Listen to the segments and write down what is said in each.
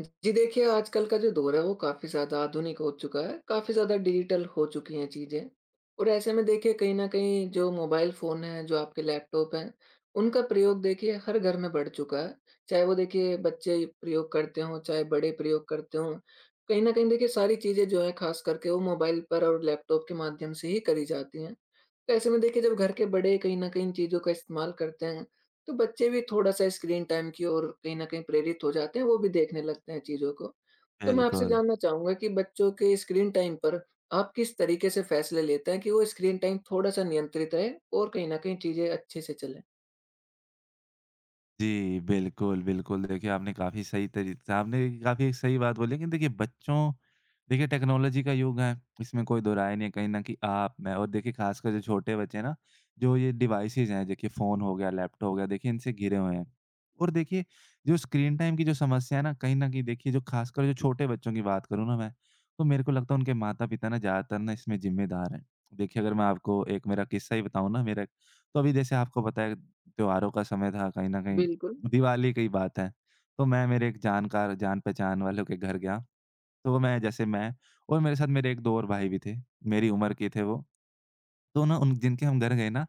जी देखिए, आजकल का जो दौर है वो काफ़ी ज़्यादा आधुनिक हो चुका है, काफ़ी ज़्यादा डिजिटल हो चुकी हैं चीज़ें। और ऐसे में देखिए कहीं न कहीं जो मोबाइल फ़ोन हैं, जो आपके लैपटॉप हैं, उनका प्रयोग देखिए हर घर में बढ़ चुका है। चाहे वो देखिए बच्चे प्रयोग करते हों, चाहे बड़े प्रयोग करते हों, कहीं न कहीं देखिए सारी चीज़ें जो हैं ख़ास करके वो मोबाइल पर और लैपटॉप के माध्यम से ही करी जाती हैं। तो ऐसे में देखिए जब घर के बड़े कहीं न कहीं इन चीज़ों का इस्तेमाल करते हैं, तो बच्चे भी थोड़ा-सा स्क्रीन टाइम की ओर कहीं न कहीं प्रेरित हो जाते हैं, वो भी देखने लगते हैं चीज़ों को। तो मैं आपसे बिल्कुल। जानना चाहूँगा कि बच्चों के स्क्रीन टाइम पर आप किस तरीके से फैसले लेते हैं कि वो स्क्रीन टाइम थोड़ा-सा नियंत्रित रहे और कहीं न कहीं चीज़ें अच्छे से चलें? जी, बिल्कुल, बिल्कुल। देखिए, आपने काफ़ी एक सही बात बोली, लेकिन देखिए बच्चों देखिए टेक्नोलॉजी का युग है, इसमें कोई दो राय नहीं है। कहीं न कहीं आप, मैं और देखिए ख़ासकर जो छोटे बच्चे हैं ना, जो ये डिवाइसेज़ हैं, देखिए फ़ोन हो गया, लैपटॉप हो गया, देखिए इनसे घिरे हुए हैं। और देखिए जो स्क्रीन टाइम की जो समस्या है ना, कहीं न कहीं देखिए जो ख़ासकर जो छोटे बच्चों की बात करूँ ना मैं, तो मेरे को लगता है उनके माता-पिता ना ज़्यादातर ना इसमें ज़िम्मेदार हैं। देखिए अगर मैं आपको एक मेरा किस्सा ही बताऊँ ना मेरा, तो अभी जैसे आपको पता है त्योहारों का समय था, कहीं न बिल्कुल, कहीं दिवाली की बात है। तो मैं मेरे एक जानकार जान-पहचान वालों के घर गया। तो मैं और मेरे साथ मेरे एक 2 और भाई भी थे, मेरी उम्र के थे वो। तो ना उन जिनके हम घर गए ना,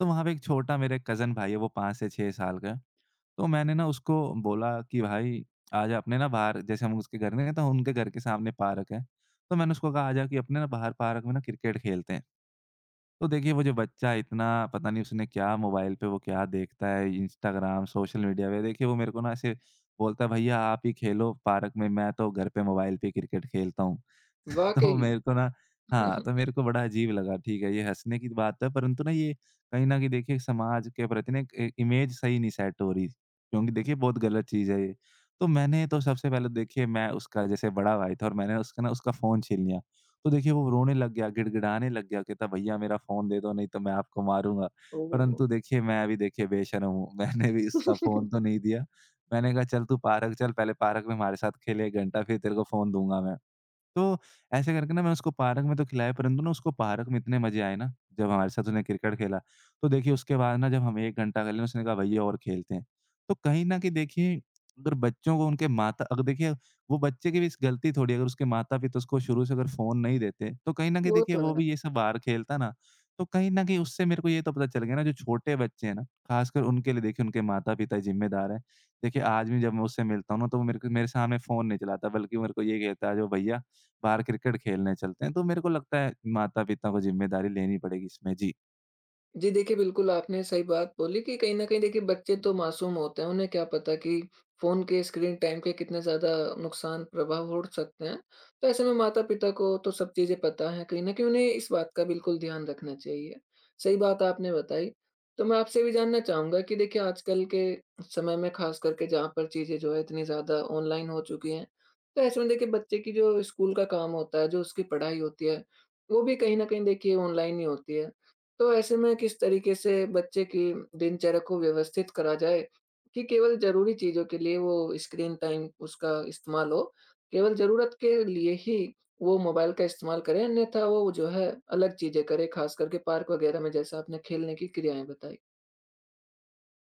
तो वहाँ पे एक छोटा मेरा कज़न भाई है, वो 5 से 6 साल का है। तो मैंने ना उसको बोला कि भाई आजा, अपने ना बाहर, जैसे हम उसके घर नहीं गए तो उनके घर के सामने पार्क है। तो मैंने उसको कहा आजा कि अपने ना बाहर पार्क में ना क्रिकेट खेलते हैं। तो देखिए वो जो बच्चा इतना पता नहीं उसने क्या मोबाइल पे वो क्या देखता है इंस्टाग्राम, सोशल मीडिया पे, देखिए वो मेरे को ना ऐसे बोलता है भैया आप ही खेलो पार्क में, मैं तो घर पे मोबाइल पे क्रिकेट खेलता हूँ। तो वाक़ई। मेरे को ना हाँ, तो मेरे को बड़ा अजीब लगा। ठीक है, ये हँसने की बात है, परंतु ना ये कहीं न कहीं देखिए समाज के प्रति ना एक ए इमेज सही नहीं सेट हो रही, क्योंकि देखिए बहुत गलत चीज़ है ये। तो मैंने तो सबसे पहले देखिए मैं उसका जैसे बड़ा भाई था, और मैंने उसका फ़ोन छीन लिया। तो देखिए वो रोने लग गया, गिड़गिड़ाने लग गया, कहता भैया मेरा फ़ोन दे दो नहीं तो मैं आपको मारूँगा। ओह! परंतु देखिए मैं भी देखिए बेशर्म हूँ, मैंने भी उसका फ़ोन तो नहीं दिया। मैंने कहा चल तू पार्क चल, पहले पार्क में हमारे साथ खेल 1 घंटा फिर तेरे को फ़ोन दूँगा मैं। तो ऐसे करके ना मैंने उसको पार्क में तो खिलाया, परंतु ना उसको पार्क में इतने मज़े आए ना, जब हमारे साथ उसने क्रिकेट खेला। तो देखिए उसके बाद ना जब हम 1 घंटा खेले, उसने कहा भैया और खेलते हैं। तो कहीं न कहीं देखिए अगर बच्चों को उनके माता अगर देखिए वो बच्चे की भी इस गलती थोड़ी है, अगर उसके माता-पिता उसको शुरू से अगर फ़ोन नहीं देते, तो कहीं न कहीं वो देखिए तो वो है। भी ये सब बाहर खेलता ना, तो कहीं न कहीं उससे मेरे को ये तो पता चल गया ना जो छोटे बच्चे हैं ना, ख़ासकर उनके लिए देखिए उनके माता-पिता जिम्मेदार हैं। देखिए आज भी जब मैं उससे मिलता हूँ ना, तो वो मेरे को मेरे सामने फ़ोन नहीं चलाता, बल्कि वो मेरे को ये कहता है जो भैया बाहर क्रिकेट खेलने चलते हैं। तो मेरे को लगता है माता-पिता को ज़िम्मेदारी लेनी पड़ेगी इसमें। जी। जी देखिए, बिल्कुल आपने सही बात बोली कि कहीं न कहीं देखिए बच्चे तो मासूम होते हैं, उन्हें क्या पता कि फ़ोन के स्क्रीन टाइम के कितने ज़्यादा नुकसान प्रभाव हो सकते हैं। तो ऐसे में माता-पिता को तो सब चीज़ें पता हैं, कहीं न कहीं उन्हें इस बात का बिल्कुल ध्यान रखना चाहिए। सही बात आपने बताई। तो मैं आपसे भी जानना चाहूँगा कि देखिए आजकल के समय में ख़ास करके जहाँ पर चीज़ें जो है इतनी ज़्यादा ऑनलाइन हो चुकी हैं, तो ऐसे में देखिए बच्चे की जो स्कूल का काम होता है, जो उसकी पढ़ाई होती है, वो भी कहीं न कहीं देखिए ऑनलाइन ही होती है। तो ऐसे में किस तरीके से बच्चे की दिनचर्या को व्यवस्थित करा जाए कि केवल ज़रूरी चीज़ों के लिए वो स्क्रीन टाइम उसका इस्तेमाल हो, केवल ज़रूरत के लिए ही वो मोबाइल का इस्तेमाल करें, अन्यथा वो जो है अलग चीज़ें करे, ख़ास करके पार्क वग़ैरह में जैसा आपने खेलने की क्रियाएँ बताई।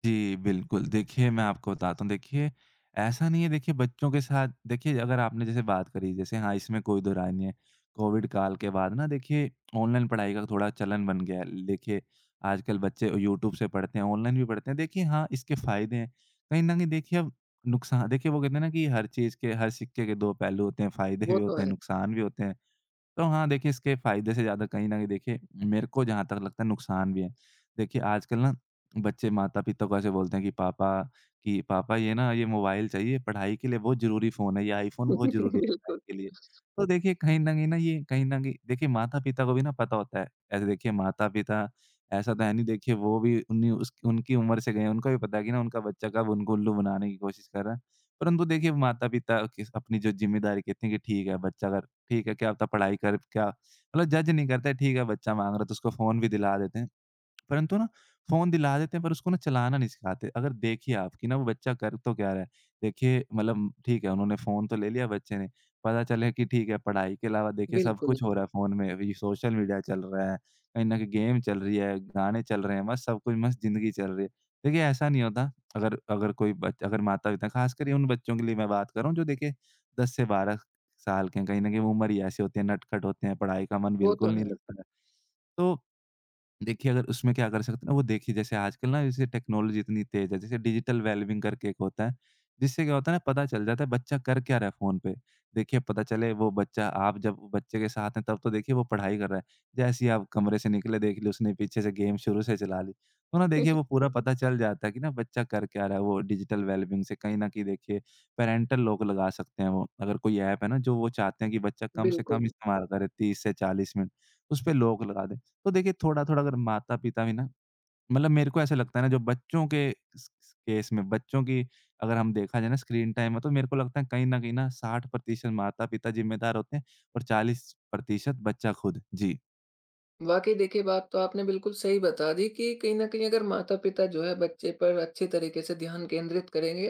जी, बिल्कुल। देखिए, मैं आपको बताता हूँ, देखिए ऐसा नहीं है देखिए बच्चों के साथ देखिए अगर आपने जैसे बात करी जैसे, हाँ, इसमें कोई दो राय नहीं है। कोविड काल के बाद ना देखिए ऑनलाइन पढ़ाई का थोड़ा चलन बन गया है। देखिए आजकल बच्चे यूट्यूब से पढ़ते हैं, ऑनलाइन भी पढ़ते हैं। देखिए हाँ, इसके फ़ायदे हैं। कहीं न कहीं देखिए अब नुकसान, देखिए वो कहते हैं ना कि हर चीज़ के हर सिक्के के 2 पहलू होते हैं, फ़ायदे भी वो तो होते हैं, है। नुकसान भी होते हैं। तो हाँ, देखिए इसके फ़ायदे से ज़्यादा कहीं न कहीं देखिए मेरे को जहाँ तक लगता है नुकसान भी है। देखिए आजकल ना बच्चे माता-पिता को ऐसे बोलते हैं कि पापा ये मोबाइल चाहिए पढ़ाई के लिए, बहुत ज़रूरी फ़ोन है, ये आईफ़ोन बहुत ज़रूरी है पढ़ाई बिल्कुल, के लिए। तो देखिए कहीं न कहीं ना ये कहीं न कहीं देखिए माता-पिता को भी ना पता होता है। ऐसे देखिए माता-पिता, ऐसा तो है नहीं देखिए वो भी उन्हीं उस उनकी उम्र से गए हैं, उनको भी पता है कि ना उनका बच्चा कब उनको उल्लू बनाने की कोशिश कर रहा है। परंतु देखिए माता-पिता किस अपनी जो ज़िम्मेदारी कहते हैं कि ठीक है बच्चा अगर ठीक है, क्या पता पढ़ाई कर क्या मतलब जज नहीं करते, ठीक है बच्चा माँग रहा है तो उसको फ़ोन भी दिला देते हैं। परंतु ना फ़ोन दिला देते हैं पर उसको ना चलाना नहीं सिखाते। अगर देखिए आप कि ना वो बच्चा कर तो क्या रहा है। देखिए मतलब ठीक है उन्होंने फ़ोन तो ले लिया बच्चे ने, पता चले कि ठीक है पढ़ाई के अलावा देखिए सब बिल्कुल। कुछ हो रहा है फ़ोन में। अभी सोशल मीडिया चल रहा है, कहीं न कहीं गेम चल रही है, गाने चल रहे हैं, मस्त, सब कुछ मस्त ज़िंदगी चल रही है। देखिए ऐसा नहीं होता। अगर अगर कोई बच अगर माता-पिता, ख़ासकर ये उन बच्चों के लिए मैं बात कर रहा हूँ जो देखिए 10 से 12 साल के हैं। कहीं न कहीं वो उम्र ही ऐसी होती है, नटखट होते हैं, पढ़ाई का मन वो बिल्कुल तो नहीं है। लगता है। तो देखिए, अगर उसमें क्या कर सकते हैं ना, वो देखिए जैसे आजकल ना जैसे टेक्नोलॉजी इतनी तेज़ है, जैसे डिजिटल वेलबींग करके एक होता है, जिससे क्या होता है ना पता चल जाता है बच्चा कर क्या रहा है फ़ोन पे। देखिए पता चले वो बच्चा आप जब वो बच्चे के साथ हैं तब तो देखिए वो पढ़ाई कर रहा है, जैसे ही आप कमरे से निकले देख लिया उसने पीछे से गेम शुरू से चला ली। तो ना देखिए वो पूरा पता चल जाता है कि ना बच्चा कर क्या रहा है, वो डिजिटल वेलबींग से कहीं न कहीं देखिए पैरेंटल लॉक लगा सकते हैं वो। अगर कोई ऐप है ना जो वो चाहते हैं कि बच्चा कम से कम बिल्कुल। इस्तेमाल करे 30 से 40 मिनट, उस पे लॉक लगा दें। तो देखिए थोड़ा-थोड़ा अगर माता-पिता भी ना, मतलब मेरे को ऐसा लगता है ना जो बच्चों के स स केस में, बच्चों की अगर हम देखा जाए ना स्क्रीन टाइम में, तो मेरे को लगता है कहीं न कहीं ना 60% माता-पिता जिम्मेदार होते हैं और 40% बच्चा खुद। जी। वाक़ई देखिए, बात तो आपने बिल्कुल सही बता दी कि कहीं न कहीं अगर माता-पिता जो है बच्चे पर अच्छे तरीके से ध्यान केंद्रित करेंगे,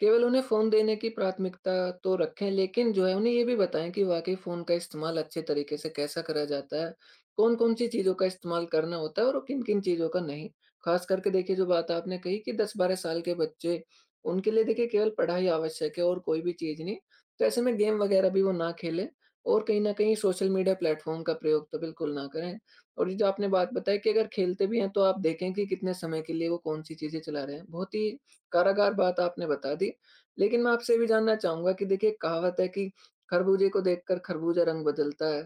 केवल उन्हें फ़ोन देने की प्राथमिकता तो रखें लेकिन जो है उन्हें ये भी बताएँ कि वाक़ई फ़ोन का इस्तेमाल अच्छे तरीके से कैसा करा जाता है, कौन-कौन सी चीज़ों का इस्तेमाल करना होता है और किन-किन चीज़ों का नहीं। ख़ास करके देखिए जो बात आपने कही कि 10-12 साल के बच्चे, उनके लिए देखिए केवल पढ़ाई आवश्यक है और कोई भी चीज़ नहीं, तो ऐसे में गेम वग़ैरह भी वो ना खेलें और कहीं न कहीं सोशल मीडिया प्लेटफ़ॉर्म का प्रयोग तो बिल्कुल ना करें। और ये जो आपने बात बताई कि अगर खेलते भी हैं तो आप देखें कि कितने समय के लिए वो कौन-सी चीज़ें चला रहे हैं। बहुत ही कारागार बात आपने बता दी। लेकिन मैं आपसे ये भी जानना चाहूँगा कि देखिए कहावत है कि खरबूजे को देखकर खरबूजा रंग बदलता है।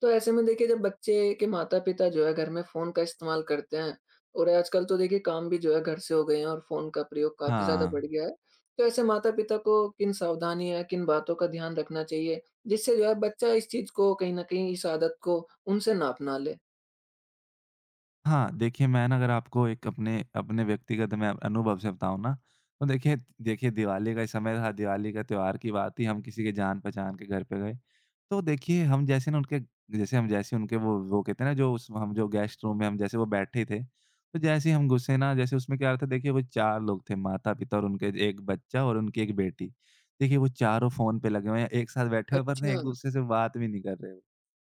तो ऐसे में देखिए जब बच्चे के माता-पिता जो है घर में फ़ोन का इस्तेमाल करते हैं और आजकल तो देखिए काम भी जो है घर से हो गए हैं और फ़ोन का प्रयोग काफ़ी ज़्यादा हाँ। बढ़ गया है। तो ऐसे माता-पिता को किन सावधानियाँ, किन बातों का ध्यान रखना चाहिए जिससे जो है बच्चा इस चीज़ को कहीं न कहीं इस आदत को उनसे ना अपना ले? हाँ, देखिए मैं ना अगर आपको एक अपने अपने व्यक्तिगत मैं अनुभव से बताऊँ ना, तो देखिए देखिए दिवाली का ही समय था, दिवाली का त्योहार की बात ही हम किसी के जान-पहचान के घर पे गए। तो देखिए हम जैसे ना उनके जैसे हम जैसे उनके वो कहते हैं ना जो उस हम जो गेस्ट रूम में हम जैसे वो बैठे था, तो जैसे ही हम घुसे ना जैसे उसमें क्या था देखिए वो 4 लोग थे, माता-पिता और उनके 1 बच्चा और उनकी 1 बेटी। देखिए वो चारों फ़ोन पे लगे हुए हैं, एक साथ बैठे हुए हैं पर ना अच्छा, एक-दूसरे से बात भी नहीं कर रहे वो।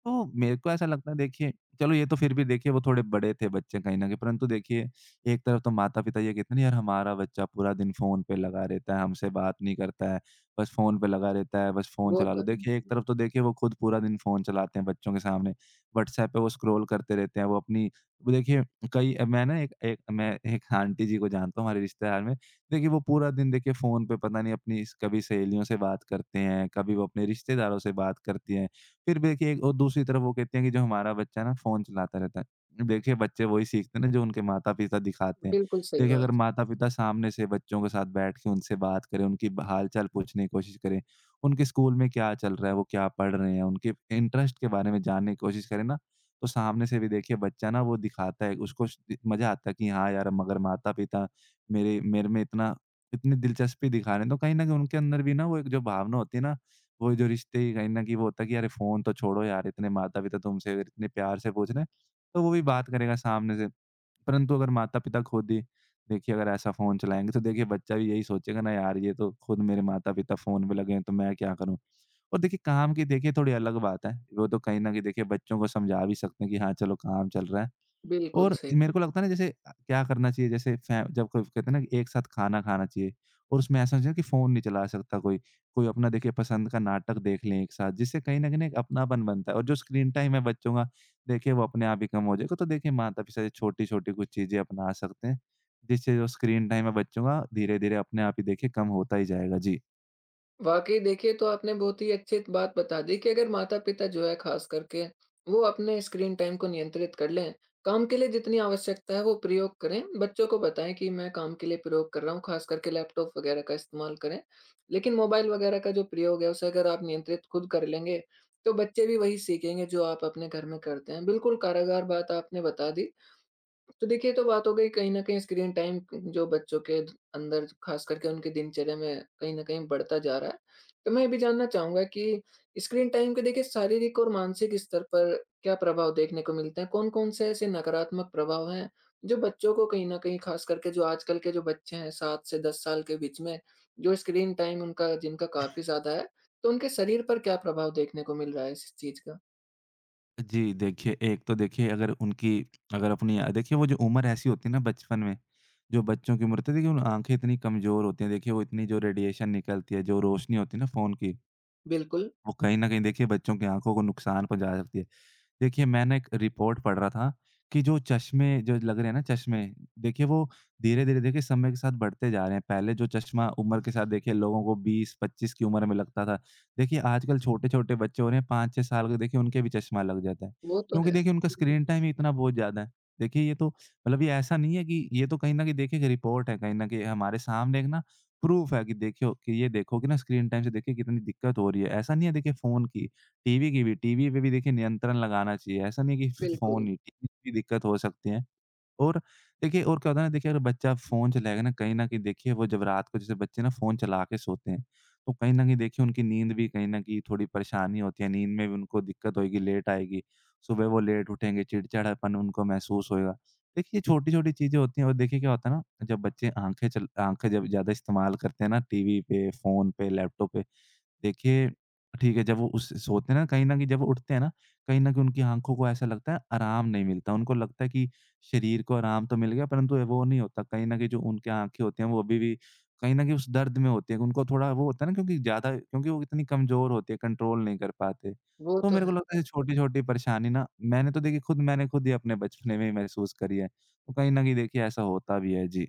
तो मेरे को ऐसा लगता है देखिए, चलो ये तो फिर भी देखिए वो थोड़े बड़े थे बच्चे कहीं न कहीं, परंतु देखिए एक तरफ तो माता-पिता ये कहते हैं ना यार हमारा बच्चा पूरा दिन फ़ोन पे लगा रहता है, हमसे बात नहीं करता है, बस फ़ोन पे लगा रहता है, बस फ़ोन वो चला तो लो। है। देखिए एक तरफ तो देखिए वो खुद पूरा दिन फ़ोन चलाते हैं बच्चों के सामने, व्हाट्सऐप पे वो स्क्रॉल करते रहते हैं, वो अपनी वो देखिए, कई मैं ना एक एक मैं एक आंटी जी को जानता हूँ हमारे रिश्तेदार में, देखिए वो पूरा दिन देखिए फ़ोन पे पता नहीं अपनी कभी सहेलियों से बात करते हैं, कभी वो अपने रिश्तेदारों से बात करती हैं। फिर भी देखिए और दूसरी तरफ वो कहते हैं कि जो हमारा बच्चा है ना फ़ोन चलाता रहता है। देखिए बच्चे वही सीखते हैं ना जो उनके माता-पिता दिखाते हैं। बिल्कुल सही देखिए अगर बात, माता-पिता सामने से बच्चों के साथ बैठ के उनसे बात करें, उनकी हाल-चाल पूछने की कोशिश करें, उनके स्कूल में क्या चल रहा है, वो क्या पढ़ रहे हैं, उनके इंटरेस्ट के बारे में जानने की कोशिश करें ना, तो सामने से भी देखिए बच्चा ना वो दिखाता है, उसको श मज़ा आता है कि हाँ यार मगर माता-पिता मेरे मेरे में इतना इतनी दिलचस्पी दिखा रहे हैं, तो कहीं न कहीं उनके अंदर भी ना वो एक जो भावना होती है ना वो जो रिश्ते ही कहीं न कहीं वो होता है कि अरे फ़ोन तो छोड़ो यार, इतने माता-पिता तुमसे अगर इतने प्यार से पूछ रहे हैं, तो वो भी बात करेगा सामने से। परंतु अगर माता-पिता खुद ही देखिए अगर ऐसा फ़ोन चलाएँगे तो देखिए बच्चा भी यही सोचेगा ना यार ये तो खुद मेरे माता-पिता फ़ोन पे लगे हैं तो मैं क्या करूँ? और देखिए, काम की देखिए थोड़ी अलग बात है। वो तो कहीं न कहीं देखिए बच्चों को समझा भी सकते हैं कि हाँ, चलो, काम चल रहा है। बिल्कुल और सही। मेरे को लगता है ना, जैसे क्या करना चाहिए, जैसे फै जब क कहते हैं ना कि एक साथ खाना खाना चाहिए। और उसमें ऐसा होना चाहिए कि फ़ोन नहीं चला सकता कोई। कोई अपना देखिए पसंद का नाटक देख लें एक साथ, जिससे कहीं न कहीं एक अपनापन बनता है, और जो स्क्रीन टाइम है बच्चों का, देखिए वो अपने आप ही कम हो जाएगा। तो देखिए माता-पिता छोटी-छोटी कुछ चीज़ें अपना सकते हैं, जिससे जो स्क्रीन टाइम है बच्चों का, धीरे-धीरे अपने आप ही देखिए कम होता ही जाएगा। जी। वाक़ई देखिए तो आपने बहुत ही अच्छी बात बता दी कि अगर माता-पिता जो है ख़ास करके वो अपने स्क्रीन टाइम को नियंत्रित कर लें, काम के लिए जितनी आवश्यकता है वो प्रयोग करें, बच्चों को बताएँ कि मैं काम के लिए प्रयोग कर रहा हूँ, ख़ास करके लैपटॉप वग़ैरह का इस्तेमाल करें। लेकिन मोबाइल वग़ैरह का जो प्रयोग है उसे अगर आप नियंत्रित खुद कर लेंगे, तो बच्चे भी वही सीखेंगे जो आप अपने घर में करते हैं। बिल्कुल कारागार बात आपने बता दी। तो देखिए, ये तो बात हो गई कहीं न कहीं स्क्रीन टाइम जो बच्चों के अंदर ख़ास करके उनकी दिनचर्या में कहीं न कहीं बढ़ता जा रहा है। तो मैं ये भी जानना चाहूँगा कि स्क्रीन टाइम के देखिए शारीरिक और मानसिक स्तर पर क्या प्रभाव देखने को मिलते हैं? कौन-कौन से ऐसे नकारात्मक प्रभाव हैं, जो बच्चों को कहीं न कहीं ख़ास करके जो आजकल के जो बच्चे हैं 7 से 10 साल के बीच में, जो स्क्रीन टाइम उनका जिनका काफ़ी ज़्यादा है, तो उनके शरीर पर क्या प्रभाव देखने को मिल रहा है इस चीज़ का? जी, देखिए एक तो देखिए, अगर अपनी देखिए वो जो उम्र ऐसी होती है ना बचपन में, जो बच्चों की उम्र होती है, देखिए उन आँखें इतनी कमज़ोर होती हैं। देखिए वो इतनी जो रेडिएशन निकलती है, जो रोशनी होती है ना फ़ोन की, बिल्कुल, वो कहीं न कहीं देखिए बच्चों की आँखों को नुकसान पहुँचा सकती है। देखिए, मैं ना एक रिपोर्ट पढ़ रहा था कि जो चश्मे जो लग रहे हैं ना, चश्मे देखिए वो धीरे धीरे देखिए समय के साथ बढ़ते जा रहे हैं। पहले जो चश्मा उम्र के साथ देखिए लोगों को 20-25 की उम्र में लगता था, देखिए आजकल छोटे छोटे बच्चे हो रहे हैं 5-6 साल के, देखिए उनके भी चश्मा लग जाता है। वो तो क्योंकि है। देखिए उनका स्क्रीन टाइम ही इतना बहुत ज्यादा है। देखिए ये तो मतलब, ये ऐसा नहीं है कि, ये तो कहीं ना कहीं देखिए एक रिपोर्ट है, कहीं ना कहीं हमारे सामने एक ना प्रूफ है कि देखियो कि ये, देखो कि ना, स्क्रीन टाइम से देखिए कितनी दिक्कत हो रही है, ऐसा नहीं है। देखिए फोन की, टीवी की भी, टीवी पे भी देखिए नियंत्रण लगाना चाहिए। ऐसा नहीं है कि फ़ोन बिल्कुल, ही, टीवी की भी दिक्कत हो सकती है। और देखिए, और क्या होता है ना, देखिए अगर बच्चा फ़ोन चलाएगा ना, कहीं न कहीं देखिए वो जब रात को, जैसे बच्चे ना फ़ोन चला के सोते हैं, तो कहीं न कहीं देखिए उनकी नींद भी कहीं न कहीं थोड़ी परेशानी होती है। नींद में भी उनको दिक्कत होएगी, लेट आएगी। सुबह वो लेट उठेंगे, चिड़चिड़ापन उनको महसूस होएगा। देखिए ये छोटी-छोटी चीज़ें होती हैं। और देखिए क्या होता है ना, जब बच्चे आँखें जब ज़्यादा इस्तेमाल करते हैं ना, टीवी पे, फ़ोन पे, लैपटॉप पे, देखिए, ठीक है, जब वो उस सोते हैं ना, कहीं न कहीं जब वो उठते हैं ना, कहीं न कहीं उनकी आँखों को ऐसा लगता है, आराम नहीं मिलता। उनको लगता है कि शरीर को आराम तो मिल गया, परंतु वो नहीं होता। कहीं न कहीं जो उनकी आँखें होती हैं, वो अभी भी कहीं न कहीं उस दर्द में होती हैं। उनको थोड़ा वो होता है ना, क्योंकि वो इतनी कमज़ोर होती है, कंट्रोल नहीं कर पाते। वो तो तो मेरे को है। लगता है, छोटी-छोटी परेशानी ना, मैंने खुद ही अपने बचपने में ही महसूस करी है। तो कहीं न कहीं देखिए ऐसा होता भी है। जी।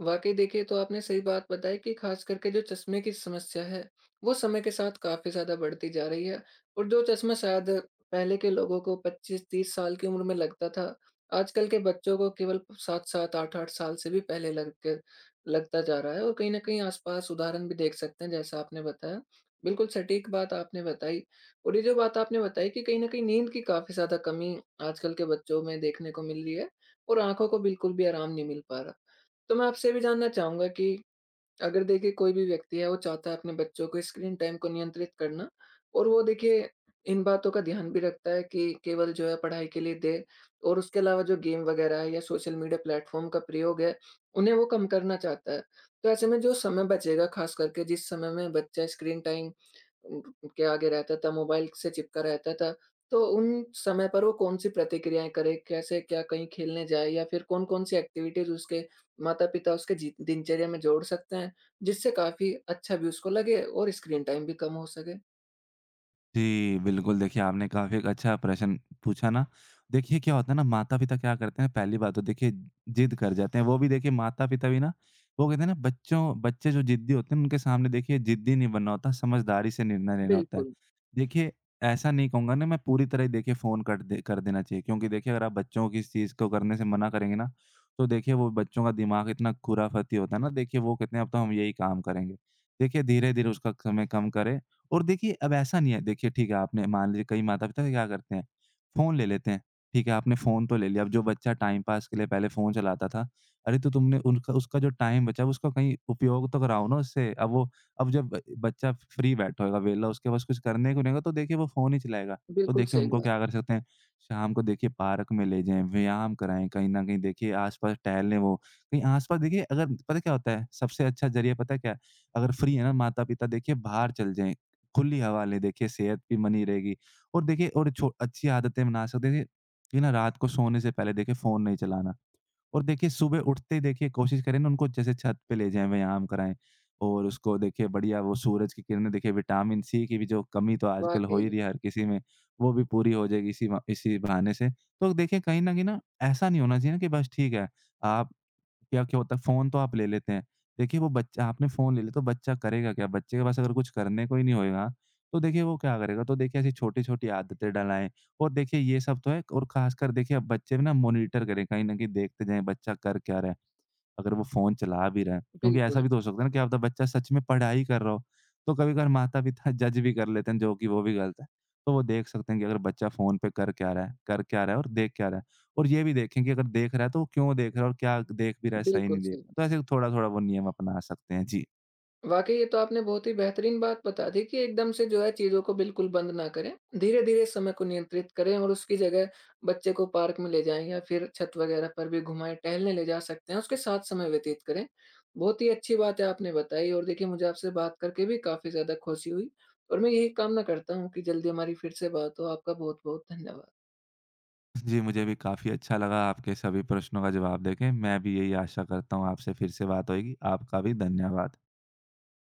वाकई देखिए, तो आपने सही बात बताई कि खास करके जो चश्मे की समस्या है वो समय के साथ काफी ज्यादा बढ़ती जा रही है और जो चश्मा शायद पहले के लोगों को 25-30 साल की उम्र में लगता था, आजकल के बच्चों को केवल सात सात आठ आठ साल से भी पहले लग के लगता जा रहा है और कहीं ना कहीं आसपास उदाहरण भी देख सकते हैं जैसा आपने बताया। बिल्कुल सटीक बात आपने बताई। और ये जो बात आपने बताई कि कहीं ना कहीं नींद की काफी ज्यादा कमी आजकल के बच्चों में देखने को मिल रही है और आंखों को बिल्कुल भी आराम नहीं मिल पा रहा। तो मैं आपसे ये भी जानना चाहूँगा कि अगर देखिए कोई भी व्यक्ति है, वो चाहता है अपने बच्चों को स्क्रीन टाइम को नियंत्रित करना और वो देखिए इन बातों का ध्यान भी रखता है कि केवल जो है पढ़ाई के लिए दे और उसके अलावा जो गेम वग़ैरह है या सोशल मीडिया प्लेटफ़ॉर्म का प्रयोग है, उन्हें वो कम करना चाहता है। तो ऐसे में जो समय बचेगा ख़ास करके जिस समय में बच्चा स्क्रीन टाइम उम, उनके आगे रहता था, मोबाइल से चिपका रहता था। तो उन समय पर वो कौन-सी प्रतिक्रियाएँ करे, कैसे क्या कहीं खेलने जाए या फिर कौन-कौन सी एक्टिविटीज़ उसके माता-पिता उसके जी दिनचर्या में जोड़ सकते हैं, जिससे काफ़ी अच्छा भी उसको लगे और स्क्रीन टाइम भी कम हो सके? जी, बिल्कुल, देखिए आपने काफ़ी एक अच्छा प्रश्न पूछा ना। देखिए क्या होता है ना, माता-पिता क्या करते हैं, पहली बात तो देखिए ज़िद कर जाते हैं। वो भी देखिए, माता-पिता भी ना, वो कहते हैं ना, बच्चों बच्चे जो ज़िद्दी होते हैं, उनके सामने देखिए ज़िद्दी नहीं बनना होता, समझदारी से निर्णय लेना होता है। बिल्कुल, देखिए, ऐसा नहीं कहूँगा ना मैं, पूरी तरह ही देखिए फ़ोन कट दे कर देना चाहिए, क्योंकि देखिए अगर आप बच्चों को इस चीज़ को करने से मना करेंगे ना, तो देखिए वो, बच्चों का दिमाग इतना खुराफती होता है ना, देखिए वो कहते हैं अब तो हम यही काम करेंगे। देखिए धीरे-धीरे उसका समय कम करें। और देखिए, अब ऐसा नहीं है, देखिए ठीक है, आपने मान लीजिए, कई माता-पिता क्या करते हैं, फ़ोन ले लेते हैं। ठीक है, आपने फ़ोन तो ले लिया, अब जो बच्चा टाइम पास के लिए पहले फ़ोन चलाता था, अरे! तो तुमने उनका उसका जो टाइम बचा, उसका कहीं उपयोग तो कराओ ना उससे। अब जब ब बच्चा फ्री बैठा होगा, वेला, उसके पास कुछ करने को नहीं होगा, तो देखिए वो फ़ोन ही चलाएगा। तो बिल्कुल देखिए सही उनको बात। क्या कर सकते हैं, शाम को देखिए पार्क में ले जाएँ, व्यायाम कराएँ, कहीं न कहीं देखिए आस-पास टहलने, वो कहीं आस-पास, देखिए अगर पता है क्या होता है, सबसे अच्छा ज़रिया पता है क्या है? अगर फ्री है ना माता-पिता, देखिए बाहर चल जाएँ। खुली हवा लें, देखिए सेहत भी बनी रहेगी। और देखिए, और छो अच्छी आदतें बना सकते हैं। देखिए कि ना, रात को सोने से पहले देखिए फ़ोन नहीं चलाना, और देखिए सुबह उठते ही देखिए कोशिश करें ना, उनको जैसे छत पे ले जाएँ, व्यायाम कराएँ, और उसको देखिए बढ़िया वो सूरज की किरणें, देखिए विटामिन सी की भी जो कमी तो आजकल हो वाक़ई, ही रही है हर किसी में, वो भी पूरी हो जाएगी इसी बहाने से। तो देखिए कहीं न कहीं ना, ऐसा नहीं होना चाहिए ना, कि बस ठीक है, आप क्या क्या होता है, फ़ोन तो आप ले लेते हैं। देखिए वो बच्चा, आपने फ़ोन ले लिया, तो बच्चा करेगा क्या? बच्चे के पास अगर कुछ करने को ही नहीं होएगा, तो देखिए वो क्या करेगा? तो देखिए ऐसी छोटी-छोटी आदतें डलाएँ। और देखिए ये सब तो है, और ख़ासकर देखिए अब, बच्चे भी ना मॉनिटर करें, कहीं न कहीं देखते जाएँ, बच्चा कर क्या रहा है। अगर वो फ़ोन चला भी रहा है, क्योंकि ऐसा बिल्कुल, भी तो हो सकता है ना, कि आपका बच्चा सच में पढ़ाई कर रहा हो। तो कभी-कभार माता-पिता जज भी कर लेते हैं, जो कि वो भी गलत है। तो वो देख सकते हैं कि अगर बच्चा फ़ोन पे कर क्या रहा है और देख क्या रहा है? और ये भी देखें कि, अगर देख रहा है, तो वो क्यों देख रहा है, और क्या देख भी रहा है, सही बिल्कुल नहीं देख सही। रहा? तो ऐसे थोड़ा-थोड़ा वो नियम अपना सकते हैं। जी। वाकई ये तो आपने बहुत ही बेहतरीन बात बता दी कि एकदम से जो है चीज़ों को बिल्कुल बंद ना करें। धीरे-धीरे समय को नियंत्रित करें और उसकी जगह बच्चे को पार्क में ले जाएँ या फिर छत वगैरह पर भी घुमाएँ, टहलने ले जा सकते हैं, उसके साथ समय व्यतीत करें। बहुत ही अच्छी बात है आपने बताई और देखिए मुझे आपसे बात करके भी काफ़ी ज़्यादा खुशी हुई और मैं यही कामना करता हूँ कि जल्दी हमारी फिर से बात हो। आपका बहुत-बहुत धन्यवाद। जी, मुझे भी काफ़ी अच्छा लगा आपके सभी प्रश्नों का जवाब देके। मैं भी यही आशा करता हूँ आपसे फिर से बात होएगी। आपका भी धन्यवाद।